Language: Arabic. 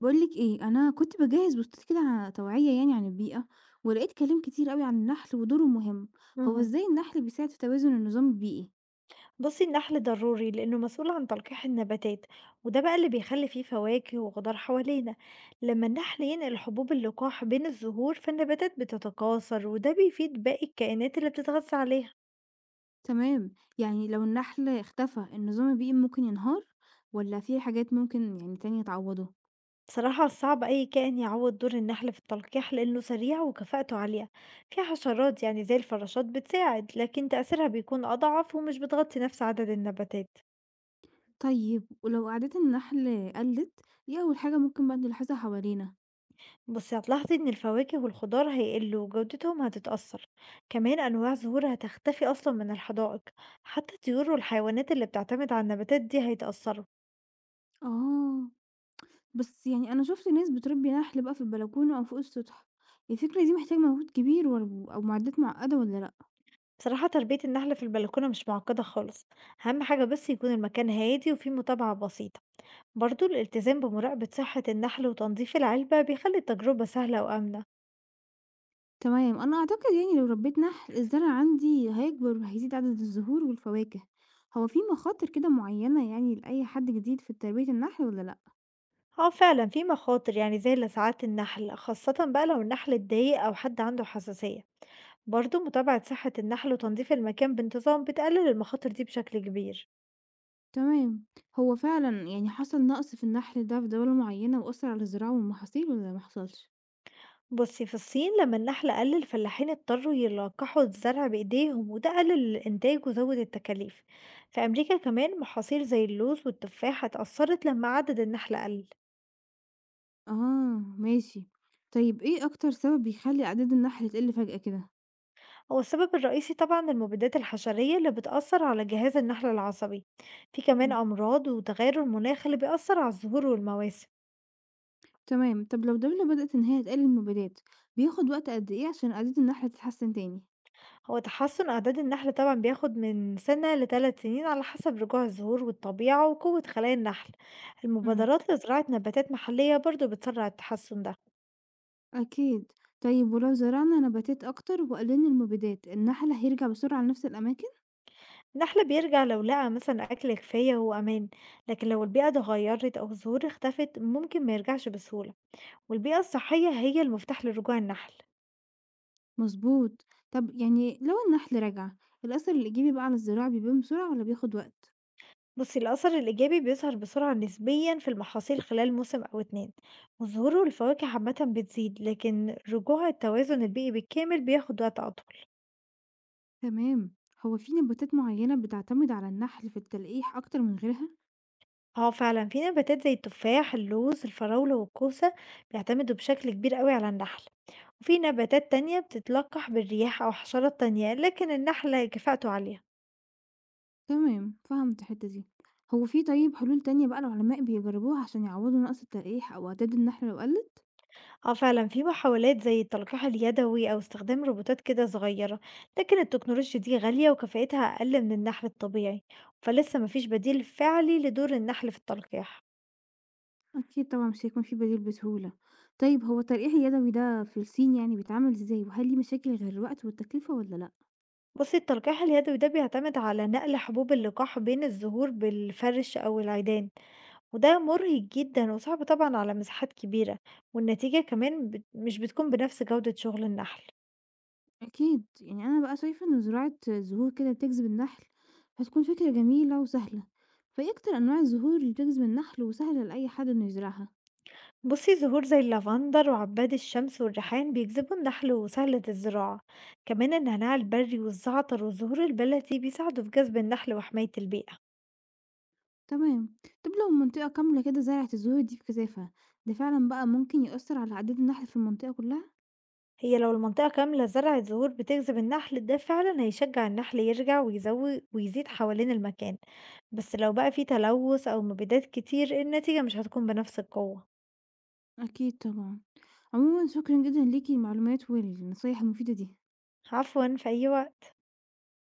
باقول لِك إيه، أنا كنت باجهّز بوستات كده ع توعية يعني عن البيئة، ولقيت كلام كتير أوي عن النحل ودوره المهم. هو اهم. إزاي النحل بيساعد في توازن النظام البيئي؟ بُصّي النحل ضروري لإنه مسؤول عن تلقيح النباتات، وده بقى اللي بيخلّي فيه فواكه وخضار حوالينا، لمّا النحل ينقل حبوب اللقاح بين الزهور فالنباتات بتتكاثر وده بيفيد باقي الكائنات اللي بتتغذى عليها. تمام، يعني لو النحل اختفى النظام البيئي ممكن ينهار، والّا في حاجات ممكن يعني تانية تعوّضه؟ بصراحة صعب أي كائن يعوّض دور النحل في التلقيح لإنه سريع وكفاءته عالية، في حشرات يعني زي الفراشات بتساعد لكن تأثيرها بيكون أضعف ومش بتغطي نفس عدد النباتات. طيب ولو أعداد النحل قلّت، إيه أول حاجة ممكن بقى نلاحظها حوالينا؟ بس هتلاحظي ان الفواكه والخضار هيقلوا وجودتهم هتتأثر، كمان انواع زهور هتختفي اصلا من الحدائق، حتى الطيور والحيوانات اللي بتعتمد على النباتات دي هيتأثروا. آه، بس يعني أنا شُفت ناس بتربي نحل بقى في البلكونة أو فوق السطح، الفكرة دي محتاجة مجهود كبير أو معدات معقدة والّا لأ؟ بصراحة تربية النحل في البلكونة مش معقدة خالص، اهم حاجة بس يكون المكان هادي وفيه متابعة بسيطة، برضو الالتزام بمراقبة صحة النحل وتنظيف العلبة بيخلي التجربة سهلة وآمنة. تمام، أنا أعتقد يعني لو ربيت نحل الزرع عندي هيكبر وهيزيد عدد الزهور والفواكه، هو في مخاطر كده معينة يعني لأي حد جديد في تربية النحل ولا لأ؟ آه فعلًا في مخاطر، يعني زي لسعات النحل، خاصةً بقى لو النحل اتضايق أو حد عنده حساسية. برضه متابعة صحة النحل وتنظيف المكان بانتظام بتقلل المخاطر دي بشكل كبير. تمام، هو فعلًا يعني حصل نقص في النحل ده في دولة معينة وأثر على الزراعة والمحاصيل ولا محصلش؟ بُصي، في الصين لما النحل قل الفلاحين اضطروا يلقحوا الزرع بإيديهم وده قلل الإنتاج وزود التكاليف. في أمريكا كمان محاصيل زي اللوز والتفاح اتأثرت لما عدد النحل قل. آه ماشي، طيب إيه أكتر سبب بيخلي أعداد النحل تقل فجأة كده؟ هو السبب الرئيسي طبعا المبيدات الحشرية اللي بتأثر على جهاز النحل العصبي، في كمان امم، أمراض وتغير المناخ اللي بيأثر على الزهور والمواسم. تمام، طب لو دولة بدأت إن هي تقلل المبيدات بياخد وقت قد إيه عشان أعداد النحل تتحسن تاني؟ هو تحسن أعداد النحل طبعا بياخد من سنة لثلاث سنين على حسب رجوع الزهور والطبيعة وقوة خلايا النحل، امم. المبادرات لزراعة نباتات محلية برضو بتسرع التحسن ده. أكيد. طيب ولو زرعنا نباتات أكتر وقللنا المبيدات، النحل هيرجع بسرعة لنفس الأماكن؟ النحل بيرجع لو لقى مثلا أكل كفاية وأمان، لكن لو البيئة اتغيرت أو الزهور اختفت ممكن ما يرجعش بسهولة، والبيئة الصحية هي المفتاح لرجوع النحل. مظبوط. طب يعني لو النحل رجع، الأثر الإيجابي بقى على الزراعة بيبان بسرعة ولا بياخد وقت؟ بصي الأثر الإيجابي بيظهر بسرعة نسبيا في المحاصيل خلال موسم أو 2، وظهوره الفواكه عامة بتزيد لكن رجوع التوازن البيئي بالكامل بياخد وقت أطول. تمام. هو في نباتات معينة بتعتمد على النحل في التلقيح أكتر من غيرها؟ اه فعلا في نباتات زي التفاح اللوز الفراولة والكوسة بيعتمدوا بشكل كبير قوي على النحل، وفي نباتات تانية بتتلقح بالرياح أو حشرات تانية لكن النحل كفاءته عالية. تمام، فهمت الحتة دي. هو في طيب حلول تانية بقى العلماء بيجربوها عشان يعوضوا نقص التلقيح أو أعداد النحل لو قلت؟ آه فعلًا في محاولات زي التلقيح اليدوي أو استخدام روبوتات كده صغيرة، لكن التكنولوجيا دي غالية وكفاءتها أقل من النحل الطبيعي، فلسه ما فيش بديل فعلي لدور النحل في التلقيح. أكيد طبعًا مش هيكون في بديل بسهولة. طيب هو التلقيح اليدوي ده في الصين يعني بيتعمل إزاي؟ وهل ليه مشاكل غير الوقت والتكلفة والّا لأ؟ بُصي التلقيح اليدوي ده بيعتمد على نقل حبوب اللقاح بين الزهور بالفرش أو العيدان، وده مرهق جدًا وصعب طبعًا على مساحات كبيرة، والنتيجة كمان مش بتكون بنفس جودة شغل النحل. أكيد. يعني أنا بقى شايفة إن زراعة زهور كده بتجذب النحل، هتكون فكرة جميلة وسهلة. فإيه أكتر أنواع الزهور اللي بتجذب النحل وسهلة لأي حد إنه يزرعها؟ بُصي زهور زي اللافندر وعباد الشمس والريحان بيجذبوا النحل وسهلة الزراعة، كمان النعناع البري والزعتر والزهور البلدي بيساعدوا في جذب النحل وحماية البيئة. تمام. طب لو منطقة كاملة كده زرعت الزهور دي بكثافة، ده فعلًا بقى ممكن يأثر على عداد النحل في المنطقة كلها؟ هي لو المنطقة كاملة زرعت زهور بتجذب النحل ده فعلا هيشجع النحل يرجع ويزوي ويزيد حوالين المكان، بس لو بقى في تلوث أو مبيدات كتير النتيجة مش هتكون بنفس القوة. أكيد طبعًا. عمومًا شكرًا جدًا ليكِ المعلومات والنصايح المفيدة دي. عفوا في أي وقت.